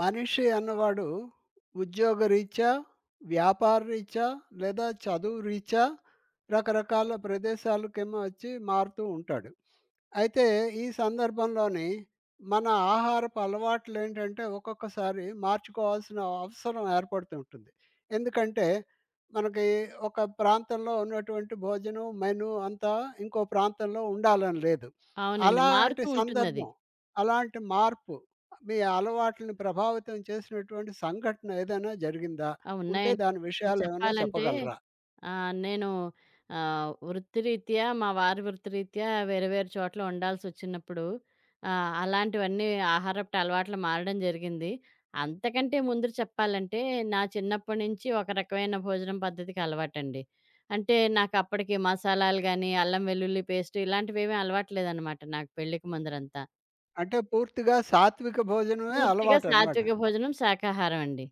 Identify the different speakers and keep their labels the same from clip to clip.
Speaker 1: మనిషి అన్నవాడు ఉద్యోగరీత్యా, వ్యాపారరీత్యా లేదా చదువు రీత్యా రకరకాల ప్రదేశాలకేమో వచ్చి మారుతూ ఉంటాడు. అయితే ఈ సందర్భంలోని మన ఆహారపు అలవాట్లు ఏంటంటే ఒక్కొక్కసారి మార్చుకోవాల్సిన అవసరం ఏర్పడుతూ ఉంటుంది. ఎందుకంటే మనకి ఒక ప్రాంతంలో ఉన్నటువంటి భోజనం మెను అంతా ఇంకో ప్రాంతంలో ఉండాలని లేదు.
Speaker 2: అవునండి.
Speaker 1: అలాంటి
Speaker 2: మారుతూ ఉంటుందది.
Speaker 1: సందర్భం, అలాంటి మార్పు మీ అలవాట్లని ప్రభావితం చేసినటువంటి సంఘటన ఏదైనా జరిగిందా?
Speaker 2: ఆ!
Speaker 1: ఉంటే
Speaker 2: ఉన్నాయండి.
Speaker 1: దాని
Speaker 2: అసలు
Speaker 1: విషయాలు ఏమైనా
Speaker 2: చెప్పాలంటే
Speaker 1: చెప్పగలరా?
Speaker 2: నేను వృత్తిరీత్యా మా వారి వృత్తిరీత్యా వేరే వేరే చోట్ల ఉండాల్సొచ్చినప్పుడు అలాంటివన్నీ ఆహారపు అలవాట్లు మారడం జరిగింది. అంతకంటే ముందు చెప్పాలంటే నా చిన్నప్పటి నుంచి ఒక రకమైన భోజనం పద్ధతికి అలవాటండి. అంటే నాకప్పటికి మసాలాలు గాని, అల్లం వెల్లుల్లి పేస్ట్ ఇలాంటివేమీ అలవాటు లేదనమాట నాకు పెళ్ళికి ముందరంతా.
Speaker 1: అంటే పూర్తిగా సాత్విక భోజనమే
Speaker 2: పూర్తిగా
Speaker 1: అలవాటనమాట.
Speaker 2: సాత్విక భోజనం శాకాహారం అండి.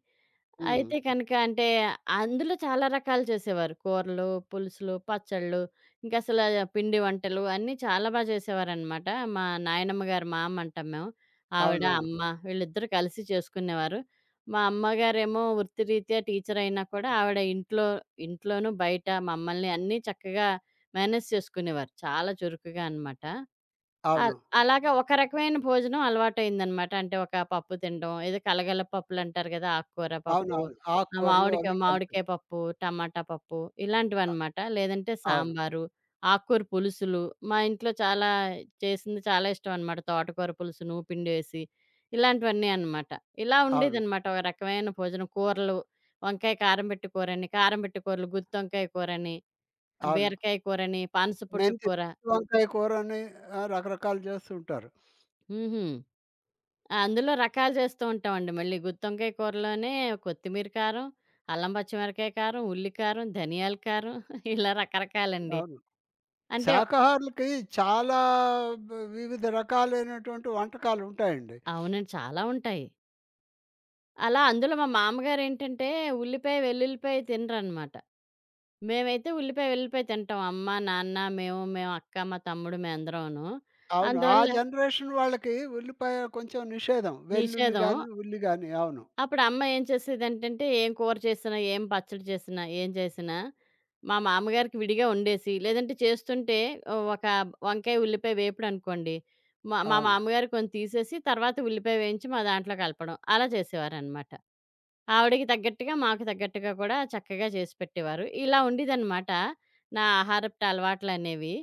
Speaker 1: హ్మ్.
Speaker 2: అయితే కనుక అంటే అందులో చాలా రకాలు చేసేవారు. కూరలు, పులుసులు, పచ్చళ్ళు, ఇంకసల పిండి వంటలు అన్నీ చాలా బా చేసేవారనమాట. మా నాయనమ్మ గారు మా అమ్మ అంటాం మేము. ఆవిడ,
Speaker 1: అవునవును.
Speaker 2: అమ్మ వీళ్ళిద్దరూ కలిసి చేసుకునేవారు. మా అమ్మగారేమో వృత్తిరీత్యా టీచర్ అయినా కూడా ఆవిడ ఇంట్లోనూ, బయట మమ్మల్ని అన్నీ చక్కగా మేనేజ్ చేసుకునేవారు. చాలా చురుకుగా అనమాట. అల్
Speaker 1: అవును.
Speaker 2: అలాగా ఒక రకమైన భోజనం అలవాటయిందనమాట. అంటే ఒక పప్పు తినడం. ఏదో కలగల పప్పులంటారు గదా! ఆకుకూర పప్పు,
Speaker 1: అవునవును.
Speaker 2: ఆ
Speaker 1: ఆకుకూరలు
Speaker 2: మామిడికాయ
Speaker 1: అవి కలిపి.
Speaker 2: మామిడికాయ పప్పు, టమాటా పప్పు ఇలాంటివనమాట. లేదంటే
Speaker 1: అవును.
Speaker 2: సాంబారు, ఆకుకూర పులుసులు. మా ఇంట్లో చాలా చేసింది చాలా ఇష్టమనమాట. తోటకూర పులుసు నూపిండేసి ఇలాంటివన్నీ అనమాట. ఇలా
Speaker 1: అవును.
Speaker 2: ఉండేదనమాట ఒక రకమైన భోజనం. కూరలు వంకాయ కారం పెట్టి కూరని, కారం పెట్టి కూరలు, గుత్తొంకాయ కూరని,
Speaker 1: అవును.
Speaker 2: బీరకాయ కూరని, పనసపొట్టు
Speaker 1: మెంతి
Speaker 2: కూర.
Speaker 1: వంకాయ కూరని ఆహ్, రకరకాలు చేస్తుంటారు.
Speaker 2: హుహు. ఆ! అందులో రకాలు చేస్తూ ఉంటామండి మళ్ళీ. గుత్తొంకాయ కూరలోనే కొత్తిమీర కారం, అల్లం పచ్చిమిరపకాయ కారం, ఉల్లి కారం, ధనియాల కారం ఇలా రకరకాలండి.
Speaker 1: అవును.
Speaker 2: అంటే
Speaker 1: శాకాహారులకి చాలా బ్ వివిధ రకాలైనటువంటి వంటకాలుంటాయండి.
Speaker 2: అవునండి. చాలా ఉంటాయి. అలా అందులో మా మామగారేంటంటే ఉల్లిపాయ, వెల్లుల్లిపాయ తినరనమాట. మేమైతే ఉల్లిపాయ, వెల్లుల్లిపాయ తింటాం. అమ్మ, నాన్న, మేము అక్క, మా తమ్ముడు మేమందరమును.
Speaker 1: అవును. ఆ
Speaker 2: అందువల్ల
Speaker 1: జనరేషన్ వాళ్ళకి ఉల్లిపాయ కొంచెం నిషేధం. వెల్లుల్లి
Speaker 2: నిషేధం.
Speaker 1: గాని, ఉల్లి గాని. అవును.
Speaker 2: అప్పుడు అమ్మ ఏం చేసేదంటంటే, ఏం కూర చేసినా, ఏం పచ్చడి చేసినా, ఏం చేసినా, మా మామగారికి విడిగా వండేసి, లేదంటే చేస్తుంటే ఒక వంకాయ, ఉల్లిపాయ వేపుడనుకోండి, మా మా
Speaker 1: అవును.
Speaker 2: మామగారు కొన్ని తీసేసి, తర్వాత ఉల్లిపాయ వేయించి మా దాంట్లో కలపడం. అలా చేసేవారనమాట. ఆవిడకి తగ్గట్టుగా, మాకు తగ్గట్టుగా కూడా చక్కగా చేసి పెట్టేవారు. ఇలా ఉండేదనమాట నా ఆహారపు అలవాట్లనేవి.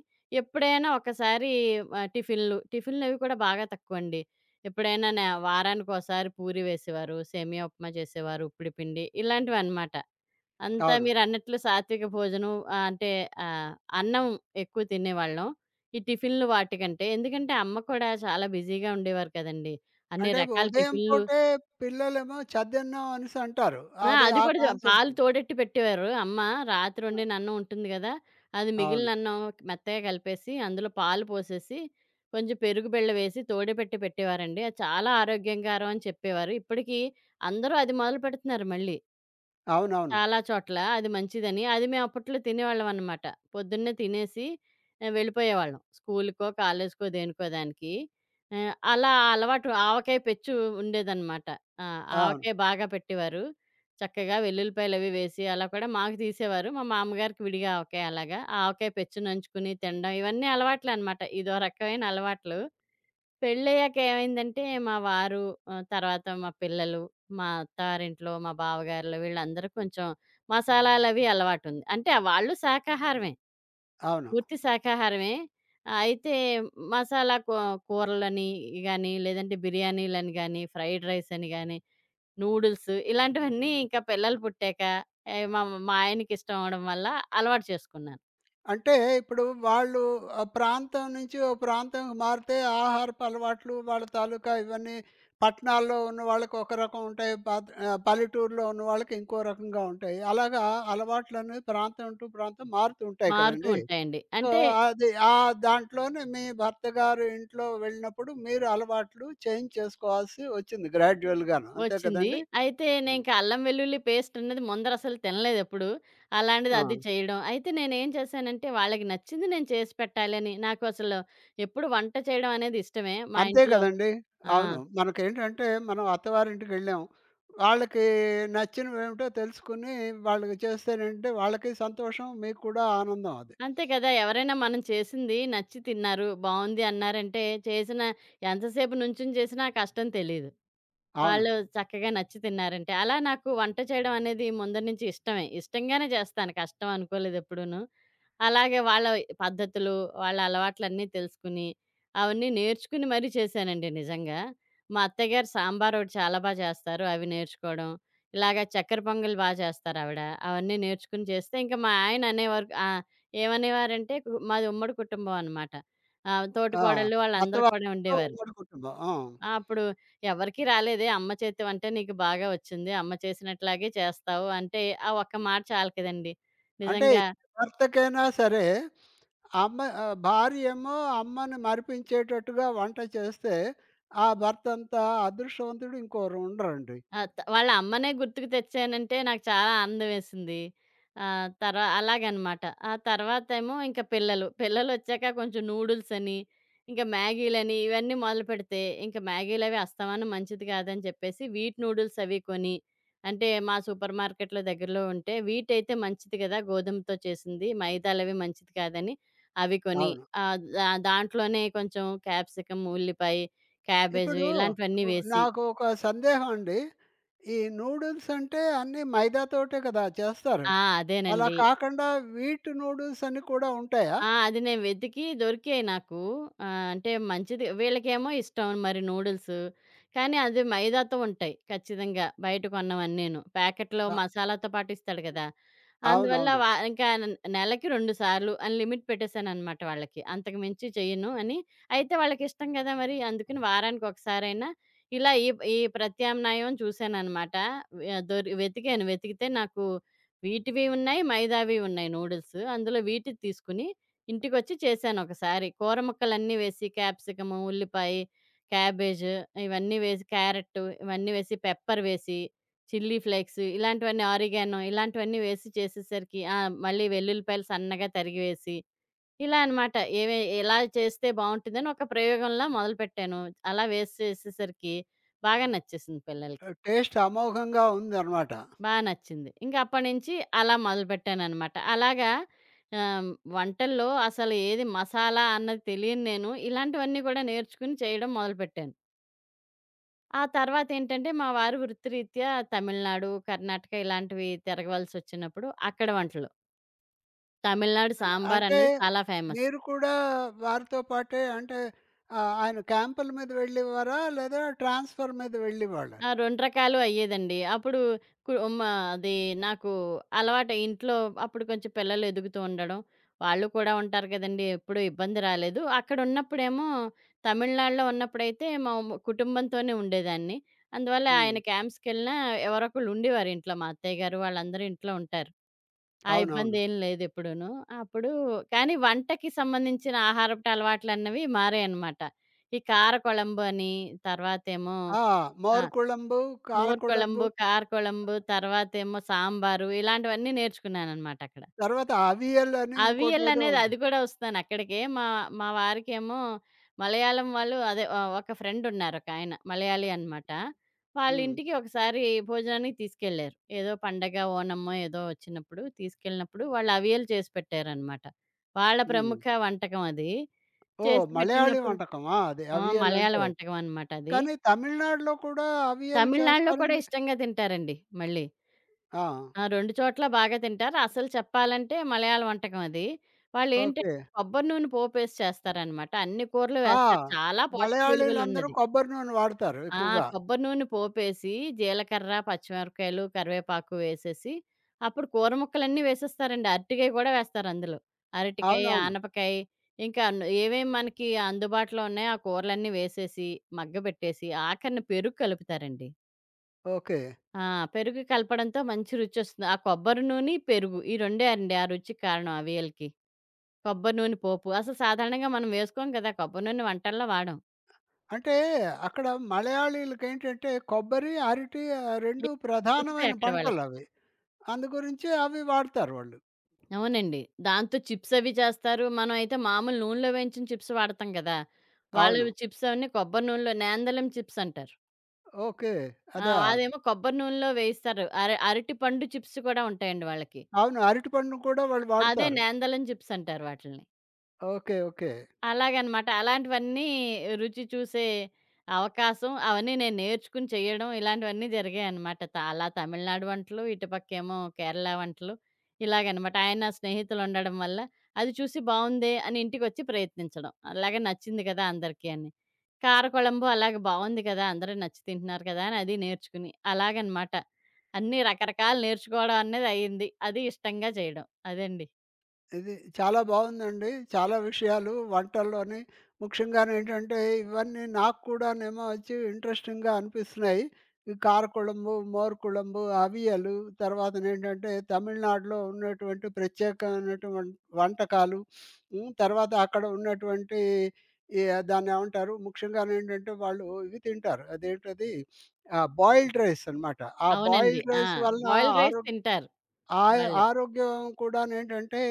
Speaker 2: ఎప్పుడైనా ఒకసారి టిఫిన్‌లవి కూడా బాగా తక్కువండి. ఎప్పుడైనా వారానికోసారి పూరి వేసేవారు, సేమియా ఉప్మా చేసేవారు, ఉప్పుడు పిండి ఇలాంటివనమాట. అంతా
Speaker 1: అవును.
Speaker 2: మీరన్నట్లు సాత్విక భోజనం అంటే ఆహ్, అన్నం ఎక్కువ తినేవాళ్ళం. ఈ టిఫిన్‌లు వాటికంటే. ఎందుకంటే అమ్మ కూడా చాలా బిజీగా ఉండేవారు కదండీ! అన్ని
Speaker 1: అంటే
Speaker 2: రకాల
Speaker 1: ఉదయం
Speaker 2: టిఫిన్‌లు.
Speaker 1: పూటే పిల్లలేమో చద్దన్నం అనేసి అంటారు.
Speaker 2: ఆ!
Speaker 1: అదే
Speaker 2: అది
Speaker 1: ఆ
Speaker 2: కూడా
Speaker 1: కాన్సెప్ట్.
Speaker 2: పాలు తోడెట్టి పెట్టేవారు అమ్మ. రాత్రి వండిన అన్నం ఉంటుంది గదా! అది మిగిలిన
Speaker 1: అవును.
Speaker 2: అన్నం మెత్తగా కలిపేసి, అందులో పాలు పోసేసి, కొంచెం పెరుగు బెల్లం వేసి తోడెపెట్టి పెట్టేవారండి. అది చాలా ఆరోగ్యకరం అని చెప్పేవారు. ఇప్పటికి అందరూ అది మొదలు పెడుతున్నారు మళ్ళీ.
Speaker 1: అవునవును.
Speaker 2: చాలా చోట్ల అది మంచిదని. అది మేము అప్పట్లో తినేవాళ్ళమనమాట. పొద్దున్నే తినేసి వెళ్ళిపోయేవాళ్ళం. స్కూలుకో, కాలేజీకో, దేనికో దానికి. అలా ఆ అలవాటు ఆవకాయ పెచ్చు ఉండేదనమాట. ఆ!
Speaker 1: అవును.
Speaker 2: ఆవకాయ బాగా పెట్టేవారు. చక్కగా వెల్లుల్లిపాయలవి వేసి అలా కూడా మాకు తీసేవారు. మా మామగారికి విడిగా ఆవకాయ అలాగా. ఆ ఆవకాయ పెచ్చు నంచుకుని తినడం ఇవన్నీ అలవాట్లనమాట. ఇదో రకమైన అలవాట్లు. పెళ్ళయ్యాక ఏమైందంటే మా వారు, తర్వాత మా పిల్లలు, మా అత్తారింట్లో, మా బావగారులు వీళ్ళందరూ కొంచెం మసాలాలవి అలవాటుంది. అంటే వాళ్ళు శాకాహారమే.
Speaker 1: అవును.
Speaker 2: పూర్తి శాకాహారమే. ఆ, అయితే మసాలా కూ కూరలని గాని, లేదంటే బిర్యానీలని గాని, ఫ్రైడ్ రైస్ అని గాని, నూడిల్స్ ఇలాంటివన్నీ ఇంకా పిల్లలు పుట్టాక మా మా ఆయనకిష్టం అవ్వడం వల్ల అలవాటు చేసుకున్నాను.
Speaker 1: అంటే ఇప్పుడు వాళ్ళు ఆ ప్రాంతం నుంచి ఓ ప్రాంతంకి మారితే ఆహారపు అలవాట్లు వాళ్ళ తాలూకా ఇవన్నీ పట్టణాల్లో ఉన్న వాళ్ళకి ఒక రకం ఉంటాయి పల్లెటూరులో ఉన్న వాళ్ళకి ఇంకో రకంగా ఉంటాయి అలాగా అలవాట్లు అనేవి ప్రాంతం టు ప్రాంతం మారుతూ ఉంటాయి
Speaker 2: మారుతూ
Speaker 1: కదండి.
Speaker 2: ఉంటాయండి.
Speaker 1: సో
Speaker 2: అంటే
Speaker 1: అది ఆ దాంట్లోనే మీ భర్త గారు ఇంట్లో వెళ్ళినప్పుడు మీరు అలవాట్లు చేంజ్ చేసుకోవాల్సి వచ్చింది గ్రాడ్యువల్గాను అంతే
Speaker 2: వచ్చింది.
Speaker 1: కదండి.
Speaker 2: అయితే
Speaker 1: ఉమ్.
Speaker 2: నేనింక అల్లం వెల్లుల్లి పేస్ట్ అన్నది ముందరసలు తినలేదెప్పుడు. అలాంటిది
Speaker 1: ఆ.
Speaker 2: అది చేయడం. అయితే నేనేం చేశానంటే వాళ్ళకి నచ్చింది నేను చేసి పెట్టాలని. నాకు అసలు ఎప్పుడు వంట చేయడం అనేది ఇష్టమే. మా
Speaker 1: అంతే
Speaker 2: ఇంట్లో
Speaker 1: గదండీ!
Speaker 2: ఆ!
Speaker 1: అవును. మనకేంటంటే మనం అత్తవారింటికెళ్ళాం. వాళ్ళకి నచ్చినవేమిటో తెలుసుకొని వాళ్ళకి చేస్తేనేంటంటే వాళ్ళకి సంతోషం. మీకు కూడా ఆనందం అది.
Speaker 2: అంతే కదా! ఎవరైనా మనం చేసింది నచ్చి తిన్నారు, బావుంది అన్నారంటే చేసిన ఎంతసేపు నుంచొని చేసినా ఆ కష్టం తెలీదు.
Speaker 1: అవును.
Speaker 2: వాళ్ళు చక్కగా నచ్చి తిన్నారంటే. అలా నాకు వంట చేయడం అనేది ముందర నుంచి ఇష్టమే. ఇష్టంగానే చేస్తాను. కష్టం అనుకోలేదెప్పుడూను. అలాగే వాళ్ళ పద్ధతులు, వాళ్ళ అలవాట్లన్నీ తెలుసుకుని, అవన్నీ నేర్చుకుని మరీ చేశానండి నిజంగా. మా అత్తయ్యగారు సాంబార్ ఒకటి చాలా బా చేస్తారు. అవి నేర్చుకోవడం. ఇలాగ చక్కెర పొంగల్ బా చేస్తారావిడ. అవన్నీ నేర్చుకుని చేస్తే ఇంక మా ఆయన అనేవారు ఏమనేవారంటే మాది ఉమ్మడి కుటుంబం అనమాట.
Speaker 1: ఆ!
Speaker 2: తోటికోడళ్ళు వాళ్ళందరూ కూడా
Speaker 1: అత్తవారితో
Speaker 2: ఉండేవారు.
Speaker 1: ఉమ్మడి కుటుంబం. ఆ!
Speaker 2: ఆ! అప్పుడు, "ఎవరికీ రాలేదే అమ్మ చేతి వంట నీకు బాగా వచ్చింది. అమ్మ చేసినట్లాగే చేస్తావు" అంటే ఆ ఒక్క మాట చాలు కదండీ!
Speaker 1: అంటే
Speaker 2: నిజంగా.
Speaker 1: భర్తకైనా సరే అమ్మ ఆహ్, భార్య ఏమో అమ్మని మరిపించేటట్టుగా వంట చేస్తే ఆ భర్తంతా అదృష్టవంతుడు ఇంకోరు ఉండరండి.
Speaker 2: ఆ! వాళ్ళ అమ్మనే గుర్తుకు తెచ్చానంటే నాకు చాలా ఆనందమేసింది. ఆహ్, తర్వా అలాగనమాట. ఆ తర్వాతేమో ఇంక పిల్లలు. పిల్లలొచ్చాక కొంచెం నూడిల్సని, ఇంక మ్యాగీలని ఇవన్నీ మొదలుపెడితే, ఇంక మ్యాగీలవి అస్తమానం మంచిది కాదని చెప్పేసి వీట్ నూడిల్స్ అవి కొని, అంటే మా సూపర్ మార్కెట్‌లో దగ్గరలో ఉంటే వీటయితే మంచిది కదా! గోధుమతో చేసింది. మైదాలవి మంచిది కాదని అవి కొని,
Speaker 1: అవును.
Speaker 2: దాంట్లోనే కొంచెం క్యాప్సికం, ఉల్లిపాయ, క్యాబేజు
Speaker 1: ఇప్పుడు
Speaker 2: ఇలాంటివన్నీ వేసి
Speaker 1: నాకు ఒక సందేహం అండి. ఈ నూడిల్స్ అంటే అన్నీ మైదాతోటే కదా చేస్తారు.
Speaker 2: ఆ!
Speaker 1: అలా
Speaker 2: అదేనండి.
Speaker 1: కాకుండా వీట్ నూడిల్స్ అని కూడా ఉంటాయా?
Speaker 2: ఆ! అది నేను వెతికి దొరికాయి నాకు. అంటే మంచిది వీళ్ళకేమో ఇష్టం మరి నూడిల్స్. కానీ అది మైదాతో ఉంటాయి ఖచ్చితంగా బయట కొన్నవన్నీను. ప్యాకెట్‌లో
Speaker 1: అ
Speaker 2: మసాలాతో పాటు ఇస్తాడు కదా! అందువల్ల
Speaker 1: అవునవును.
Speaker 2: వ ఇంకా న్ నెలకి 2 సార్లు అని లిమిట్ పెట్టేసాననమాట వాళ్ళకి. అంతకు మించి చెయ్యను అని. అయితే వాళ్ళకిష్టం కదా మరి అందుకని వారానికి ఒకసారైనా ఇలా ఈ ఈ ప్రత్యామ్నాయం చూసాననమాట. వె దొరి వెతికాను. వెతికితే నాకు వీటివి ఉన్నాయి, మైదావి ఉన్నాయి నూడిల్స్. అందులో వీటిది తీసుకుని ఇంటికొచ్చి చేశానొకసారి. కూర ముక్కలన్నీ వేసి క్యాప్సికము, ఉల్లిపాయి, క్యాబేజు ఇవన్నీ వేసి క్యారట్టు ఇవన్నీ వేసి, పెప్పర్ వేసి, చిల్లీ ఫ్లేక్స్ ఇలాంటివన్నీ ఆరిగానో ఇలాంటివన్నీ వేసి చేసేసరికి ఆ! మళ్ళీ వెల్లుల్లిపాయలు సన్నగా తరిగి వేసి, ఇలా అనమాట. ఎలా చేస్తే బావుంటుందని ఒక ప్రయోగంలా మొదలుపెట్టాను. అలా వేసి చేసేసరికి బాగా నచ్చేసింది పిల్లలకి.
Speaker 1: టేస్ట్ అమోఘంగా ఉందనమాట.
Speaker 2: బా నచ్చింది. ఇంకా అప్పటినుంచి అలా మొదలుపెట్టాననమాట. అలాగా ఆహ్, వంటల్లో అసలు ఏది మసాలా అన్నది తెలియని నేను ఇలాంటివన్నీ కూడా నేర్చుకుని చేయడం మొదలుపెట్టాను. ఆ తర్వాతేంటంటే మా వారు వృత్తిరీత్యా తమిళనాడు, కర్ణాటక ఇలాంటివి తిరగవలసొచ్చినప్పుడు అక్కడ వంటలు. తమిళనాడు సాంబార్
Speaker 1: అంటే
Speaker 2: అన్నది చాలా ఫేమస్.
Speaker 1: మీరు కూడా వారితో పాటే అంటే ఆహ్, ఆయన క్యాంపుల మీద వెళ్ళేవారా? లేదా ట్రాన్స్ఫర్ మీద వెళ్ళేవాళ్ళా?
Speaker 2: ఆ! 2 రకాలు అయ్యేదండి. అప్పుడు కు మ అది నాకు అలవాటు ఇంట్లో అప్పుడు కొంచెం పిల్లలు ఎదుగుతూ ఉండడం, వాళ్ళు కూడా ఉంటారు కదండీ! ఎప్పుడూ ఇబ్బంది రాలేదు. అక్కడున్నప్పుడేమో తమిళనాడులో ఉన్నప్పుడైతే మా కుటుంబంతోనే ఉండేదాన్ని. అందువల్ల
Speaker 1: హ్మ్.
Speaker 2: ఆయన క్యాంప్స్‌కెళ్ళినా ఎవరొకళ్ళు ఉండేవారు ఇంట్లో. మా అత్తయ్య గారు వాళ్ళందరూ ఇంట్లో ఉంటారు. ఆ
Speaker 1: అవునవును.
Speaker 2: ఇబ్బందేం లేదెప్పుడూను. అప్పుడు కానీ వంటకి సంబంధించిన ఆహారపు అలవాట్లన్నవి మారాయన్నమాట. ఈ కార కొళంబు అని, తర్వాతేమో
Speaker 1: ఆ!
Speaker 2: ఆ!
Speaker 1: మోరుకుళంబు,
Speaker 2: మోర్
Speaker 1: కారకుళంబు
Speaker 2: కొలంబు, కార కొలంబు, తర్వాతేమో సాంబారు ఇలాంటివన్నీ నేర్చుకున్నాననమాట అక్కడ.
Speaker 1: తర్వాత అవియల్ అని
Speaker 2: అవియల్
Speaker 1: ఇంకోటేదో
Speaker 2: అనేది
Speaker 1: ఉంది.
Speaker 2: అది కూడా వస్తున్నానక్కడికే. మా మా వారికేమో మలయాళం వాళ్ళు అదే ఒక ఫ్రెండున్నారొకాయన మలయాళీ అనమాట.
Speaker 1: హ్మ్.
Speaker 2: వాళ్ళింటికి ఒకసారి భోజనానికి తీసుకెళ్లారు. ఏదో పండగ, ఓణమో ఏదో వచ్చినప్పుడు తీసుకెళ్ళినప్పుడు వాళ్ళు అవియలు చేసి పెట్టారనమాట. వాళ్ళ
Speaker 1: హ్మ్.
Speaker 2: ప్రముఖ వంటకం అది.
Speaker 1: ఓహ్!
Speaker 2: చేసి
Speaker 1: మలయాళీ
Speaker 2: పెట్టినప్పుడు
Speaker 1: వంటకమా అది
Speaker 2: ఆ!
Speaker 1: అవియల్
Speaker 2: మలయాళ
Speaker 1: అంటే?
Speaker 2: వంటకం అనమాట అది.
Speaker 1: కానీ తమిళనాడులో కూడా అవియల్
Speaker 2: తమిళనాడులో కూడా
Speaker 1: చేస్తారండి.
Speaker 2: ఇష్టంగా తింటారండి మళ్ళీ.
Speaker 1: ఆ!
Speaker 2: ఆ! 2 చోట్ల బాగా తింటారు. అసలు చెప్పాలంటే మలయాళ వంటకం అది. వాళ్ళేంటంటే
Speaker 1: ఓకే.
Speaker 2: కొబ్బరి నూనె పోపేసి చేస్తారనమాట. అన్ని కూరలు
Speaker 1: ఆ!
Speaker 2: వేస్తారు. చాలా పోషక
Speaker 1: మలయాళీలందరూ
Speaker 2: విలువలున్నది.
Speaker 1: కొబ్బరి నూనె వాడతారు
Speaker 2: ఆ!
Speaker 1: ఎక్కువగా.
Speaker 2: కొబ్బరి నూనె పోపేసి జీలకర్ర, పచ్చిమిరపకాయలు, కరివేపాకు వేసేసి అప్పుడు కూర ముక్కలన్నీ వేసేస్తారండి. అరటికాయ కూడా వేస్తారందులో. అరటికాయ,
Speaker 1: అవునవును.
Speaker 2: ఆనపకాయ ఇంకా న్ ఏవేం మనకి అందుబాటులో ఉన్నాయో ఆ కూరలన్నీ వేసేసి, మగ్గబెట్టేసి ఆఖరిన పెరుగు కలుపుతారండి.
Speaker 1: ఓకే.
Speaker 2: ఆ! పెరుగు కలపడంతో మంచి రుచొస్తుంది. ఆ కొబ్బరి నూనె, పెరుగు ఈ రెండే అండి ఆ రుచికి కారణం అవియలకి. కొబ్బరి నూనె పోపు. అసలు సాధారణంగా మనం వేసుకోం కదా! కొబ్బరి నూనె వంటల్లో వాడం.
Speaker 1: అంటే అక్కడ మలయాళీలకేంటంటే కొబ్బరి, అరటి ఆహ్, 2
Speaker 2: ఎక్కువ దొరుకుతాయి
Speaker 1: ప్రధానమైన
Speaker 2: అక్కడ వాళ్ళకి.
Speaker 1: పంటలవి. అందుగురించి అవి వాడతారు వాళ్ళు.
Speaker 2: అవునండి. దాంతో చిప్స్ అవి చేస్తారు. మనం అయితే మామూలు నూనెలో వేయించిన చిప్స్ వాడతాం కదా!
Speaker 1: అవును.
Speaker 2: వాళ్ళు చిప్స్ అవన్నీ కొబ్బరి నూనెలో నేందలం చిప్స్ అంటారు.
Speaker 1: ఓకే.
Speaker 2: ఆ!
Speaker 1: అదా!
Speaker 2: అదేమో కొబ్బరి నూనెలో వేయిస్తారు. అరటిపండు చిప్స్ కూడా ఉంటాయండి వాళ్ళకి.
Speaker 1: అవును. అరటిపండును కూడా వాళ్ళు
Speaker 2: అదే
Speaker 1: వాడతారు.
Speaker 2: నేందలం చిప్స్ అంటారు వాటిల్ని.
Speaker 1: ఓకే. ఓకే.
Speaker 2: అలాగనమాట. అలాంటివన్నీ రుచి చూసే అవకాశం, అవన్నీ నేను నేర్చుకుని చేయడం ఇలాంటివన్నీ జరిగాయనమాట. అలా తమిళనాడు వంటలు, ఇటుపక్కేమో కేరళ వంటలు ఇలాగనమాట. ఆయన స్నేహితులుండడం వల్ల అది చూసి బావుందే అని ఇంటికొచ్చి ప్రయత్నించడం. అలాగే నచ్చింది కదా అందరికీ అని. కార కొళంబు అలాగే బావుంది కదా! అందరూ నచ్చి తింటున్నారు కదా! అని అది నేర్చుకుని అలాగనమాట. అన్నీ రకరకాలు నేర్చుకోవడం అనేది అయింది. అది ఇష్టంగా చేయడం. అదండి.
Speaker 1: ఇది చాలా బావుందండి. చాలా విషయాలు వంటల్లోని ముఖ్యంగానేంటంటే, ఇవన్నీ నాకు కూడానేమో వచ్చి ఇంట్రెస్టింగ్‌గా అనిపిస్తున్నాయి. ఈ కారకుళంబు, మోరుకుళంబు, అవియలు తర్వాతనేంటంటే, తమిళనాడులో ఉన్నటువంటి ప్రత్యేకమైనటువంటి వంటకాలు. హ్మ్. తర్వాత అక్కడ ఉన్నటువంటి ఈ దాన్నేమంటారు? ముఖ్యంగానేంటంటే, వాళ్ళు ఇవి తింటారు. అదేంటది? ఆహ్, బాయిల్డ్ రైస్ అనమాట. ఆ
Speaker 2: అవునండి.
Speaker 1: బాయిల్డ్
Speaker 2: ఆ!
Speaker 1: రైస్ వలన
Speaker 2: బాయిల్డ్ రైస్
Speaker 1: ఆరో
Speaker 2: తింటారు
Speaker 1: ఆయ
Speaker 2: వాళ్ళు.
Speaker 1: ఆరోగ్యం కూడానేంటంటే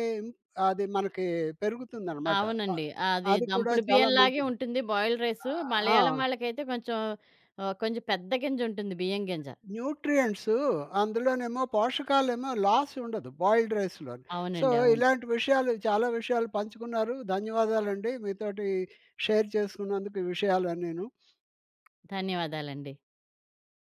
Speaker 1: అది మనకి పెరుగుతుందనమాట. ఆహ్,
Speaker 2: అవునండి. అది
Speaker 1: అది కూడా
Speaker 2: దంపుడు
Speaker 1: చాలా
Speaker 2: బియ్యంలాగే
Speaker 1: మంచిది.
Speaker 2: ఉంటుంది బాయిల్డ్ రైసు.
Speaker 1: ఆ!
Speaker 2: మలయాళం వాళ్ళకైతే కొంచెం కొంచెం పెద్ద గింజుంటుంది బియ్యం గింజ.
Speaker 1: న్యూట్రియంట్స్ అందులోనేమో పోషకాలేమో లాస్ ఉండదు బాయిల్డ్ రైస్‌లోని. సో,
Speaker 2: అవునండి. అవును.
Speaker 1: ఇలాంటి విషయాలు చాలా విషయాలు పంచుకున్నారు. ధన్యవాదాలండి. మీతోటి షేర్ చేసుకున్నందుకు ఈ విషయాలన్నీను.
Speaker 2: ధన్యవాదాలండి.